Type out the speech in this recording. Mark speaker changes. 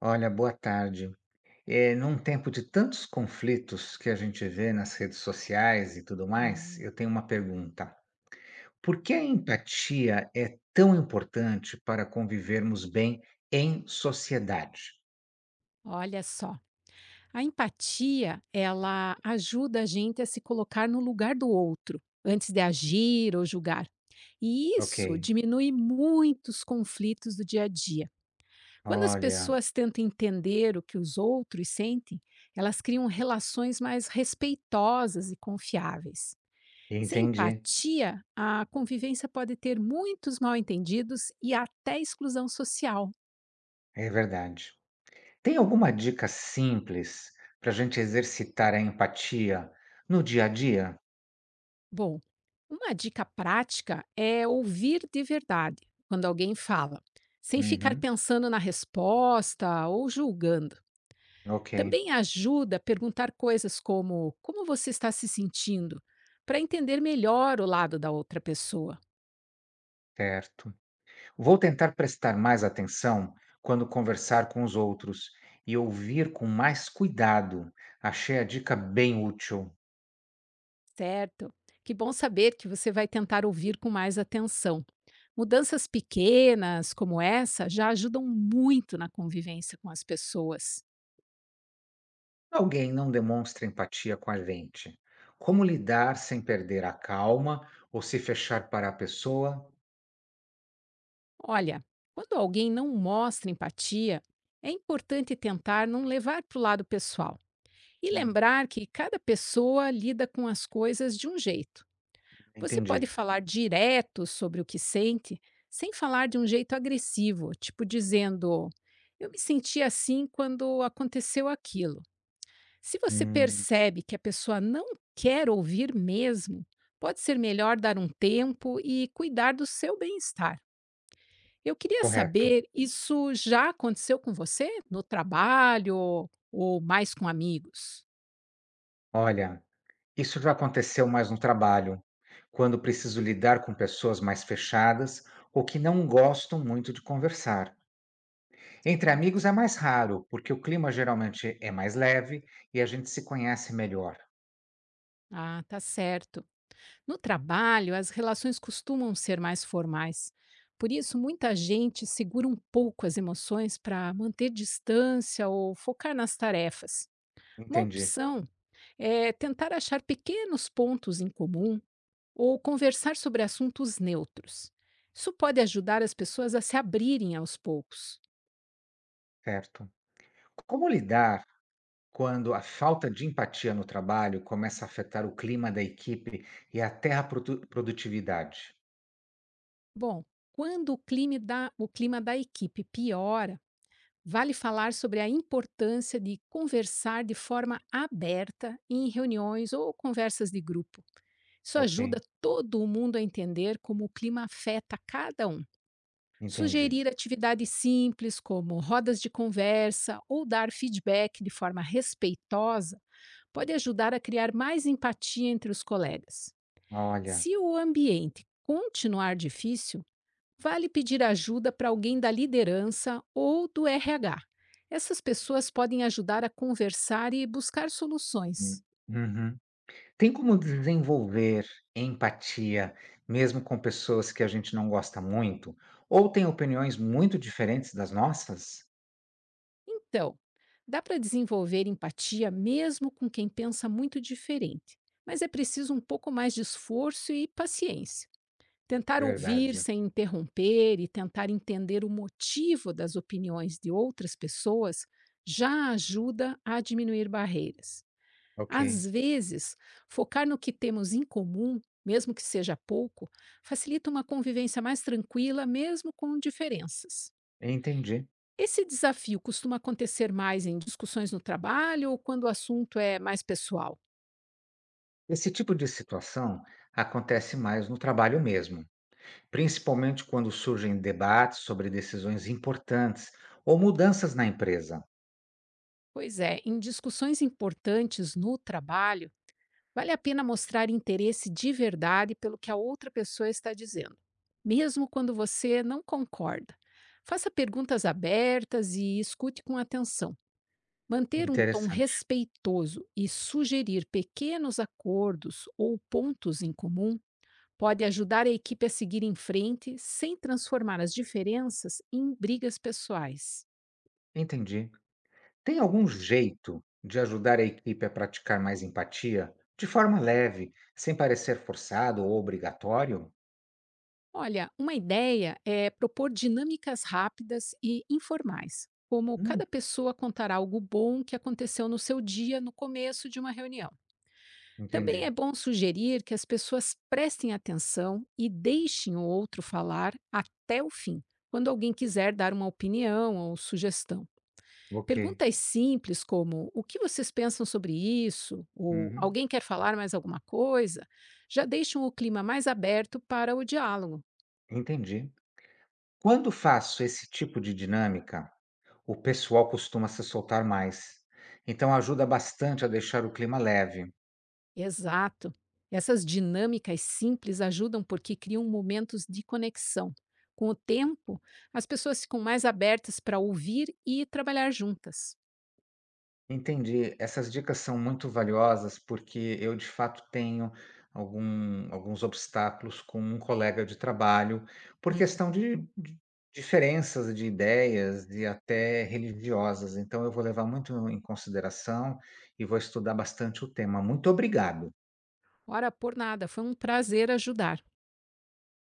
Speaker 1: Olha, boa tarde. Num tempo de tantos conflitos que a gente vê nas redes sociais e tudo mais,
Speaker 2: Hum,
Speaker 1: eu tenho uma pergunta. Por que a empatia é tão importante para convivermos bem em sociedade?
Speaker 2: Olha só, a empatia ela ajuda a gente a se colocar no lugar do outro antes de agir ou julgar. E
Speaker 1: Ok,
Speaker 2: isso diminui muitos conflitos do dia a dia. Quando as
Speaker 1: olha,
Speaker 2: pessoas tentam entender o que os outros sentem, elas criam relações mais respeitosas e confiáveis. Sem
Speaker 1: entendi,
Speaker 2: empatia, a convivência pode ter muitos mal-entendidos e até exclusão social.
Speaker 1: é verdade. Tem alguma dica simples para a gente exercitar a empatia no dia a dia?
Speaker 2: Bom, uma dica prática é ouvir de verdade quando alguém fala, sem ficar
Speaker 1: Uhum,
Speaker 2: pensando na resposta ou julgando.
Speaker 1: ok,
Speaker 2: Também ajuda a perguntar coisas como como você está se sentindo, para entender melhor o lado da outra pessoa,
Speaker 1: certo. Vou tentar prestar mais atenção quando conversar com os outros e ouvir com mais cuidado. Achei a dica bem útil.
Speaker 2: certo? Que bom saber que você vai tentar ouvir com mais atenção. Mudanças pequenas como essa já ajudam muito na convivência com as pessoas.
Speaker 1: Alguém não demonstra empatia com a gente. Como lidar sem perder a calma ou se fechar para a pessoa?
Speaker 2: Olha, quando alguém não mostra empatia, é importante tentar não levar para o lado pessoal e
Speaker 1: Hum,
Speaker 2: lembrar que cada pessoa lida com as coisas de um jeito. Você pode
Speaker 1: entendi.
Speaker 2: falar direto sobre o que sente, sem falar de um jeito agressivo, tipo dizendo: eu me senti assim quando aconteceu aquilo. Se você
Speaker 1: Hum,
Speaker 2: percebe que a pessoa não quer ouvir mesmo, pode ser melhor dar um tempo e cuidar do seu bem-estar. Eu queria
Speaker 1: correto.
Speaker 2: saber, isso já aconteceu com você no trabalho ou mais com amigos?
Speaker 1: Olha, isso já aconteceu mais no trabalho, quando preciso lidar com pessoas mais fechadas ou que não gostam muito de conversar. Entre amigos
Speaker 2: Certo.
Speaker 1: é mais raro, porque o clima geralmente é mais leve e a gente se conhece melhor.
Speaker 2: Ah, tá certo. No trabalho, as relações costumam ser mais formais. Por isso, muita gente segura um pouco as emoções para manter distância ou focar nas tarefas. Uma
Speaker 1: Entendi,
Speaker 2: opção é tentar achar pequenos pontos em comum ou conversar sobre assuntos neutros. Isso pode ajudar as pessoas a se abrirem aos poucos.
Speaker 1: certo. Como lidar quando a falta de empatia no trabalho começa a afetar o clima da equipe e até a produtividade?
Speaker 2: Bom, quando o clima da equipe piora, vale falar sobre a importância de conversar de forma aberta em reuniões ou conversas de grupo. Isso ajuda
Speaker 1: Ok,
Speaker 2: todo mundo a entender como o clima afeta cada um.
Speaker 1: entendi.
Speaker 2: Sugerir atividades simples, como rodas de conversa ou dar feedback de forma respeitosa, pode ajudar a criar mais empatia entre os colegas.
Speaker 1: Olha.
Speaker 2: Se o ambiente continuar difícil, vale pedir ajuda para alguém da liderança ou do RH. Essas pessoas podem ajudar a conversar e buscar
Speaker 1: Hum,
Speaker 2: soluções.
Speaker 1: uhum. Tem como desenvolver empatia mesmo com pessoas que a gente não gosta muito ou tem opiniões muito diferentes das nossas?
Speaker 2: Então, dá para desenvolver empatia mesmo com quem pensa muito diferente, mas é preciso um pouco mais de esforço e paciência. Tentar ouvir
Speaker 1: Verdade.
Speaker 2: sem interromper e tentar entender o motivo das opiniões de outras pessoas já ajuda a diminuir barreiras. Às
Speaker 1: Ok.
Speaker 2: vezes, focar no que temos em comum, mesmo que seja pouco, facilita uma convivência mais tranquila, mesmo com diferenças.
Speaker 1: Entendi.
Speaker 2: Esse desafio costuma acontecer mais em discussões no trabalho ou quando o assunto é mais pessoal?
Speaker 1: Esse tipo de situação acontece mais no trabalho mesmo, principalmente quando surgem debates sobre decisões importantes ou mudanças na empresa.
Speaker 2: Pois é, em discussões importantes no trabalho, vale a pena mostrar interesse de verdade pelo que a outra pessoa está dizendo, mesmo quando você não concorda. Faça perguntas abertas e escute com atenção. Manter um tom
Speaker 1: Interessante.
Speaker 2: respeitoso e sugerir pequenos acordos ou pontos em comum pode ajudar a equipe a seguir em frente sem transformar as diferenças em brigas pessoais.
Speaker 1: Entendi. Tem algum jeito de ajudar a equipe a praticar mais empatia de forma leve, sem parecer forçado ou obrigatório?
Speaker 2: Olha, uma ideia é propor dinâmicas rápidas e informais, como
Speaker 1: Hum,
Speaker 2: cada pessoa contar algo bom que aconteceu no seu dia no começo de uma reunião. Também é
Speaker 1: entendi.
Speaker 2: bom sugerir que as pessoas prestem atenção e deixem o outro falar até o fim, quando alguém quiser dar uma opinião ou sugestão.
Speaker 1: Ok.
Speaker 2: Perguntas simples como: o que vocês pensam sobre isso? Ou
Speaker 1: Uhum.
Speaker 2: alguém quer falar mais alguma coisa? Já deixam o clima mais aberto para o diálogo.
Speaker 1: Entendi. Quando faço esse tipo de dinâmica, o pessoal costuma se soltar mais, então ajuda bastante a deixar o clima leve.
Speaker 2: Exato! Essas dinâmicas simples ajudam porque criam momentos de conexão. Com o tempo, as pessoas ficam mais abertas para ouvir e trabalhar juntas.
Speaker 1: Entendi. Essas dicas são muito valiosas porque eu, de fato, tenho alguns obstáculos com um colega de trabalho por
Speaker 2: Hum,
Speaker 1: questão de diferenças de ideias e até religiosas. Então, eu vou levar muito em consideração e vou estudar bastante o tema. Muito obrigado.
Speaker 2: Ora por nada, foi um prazer ajudar.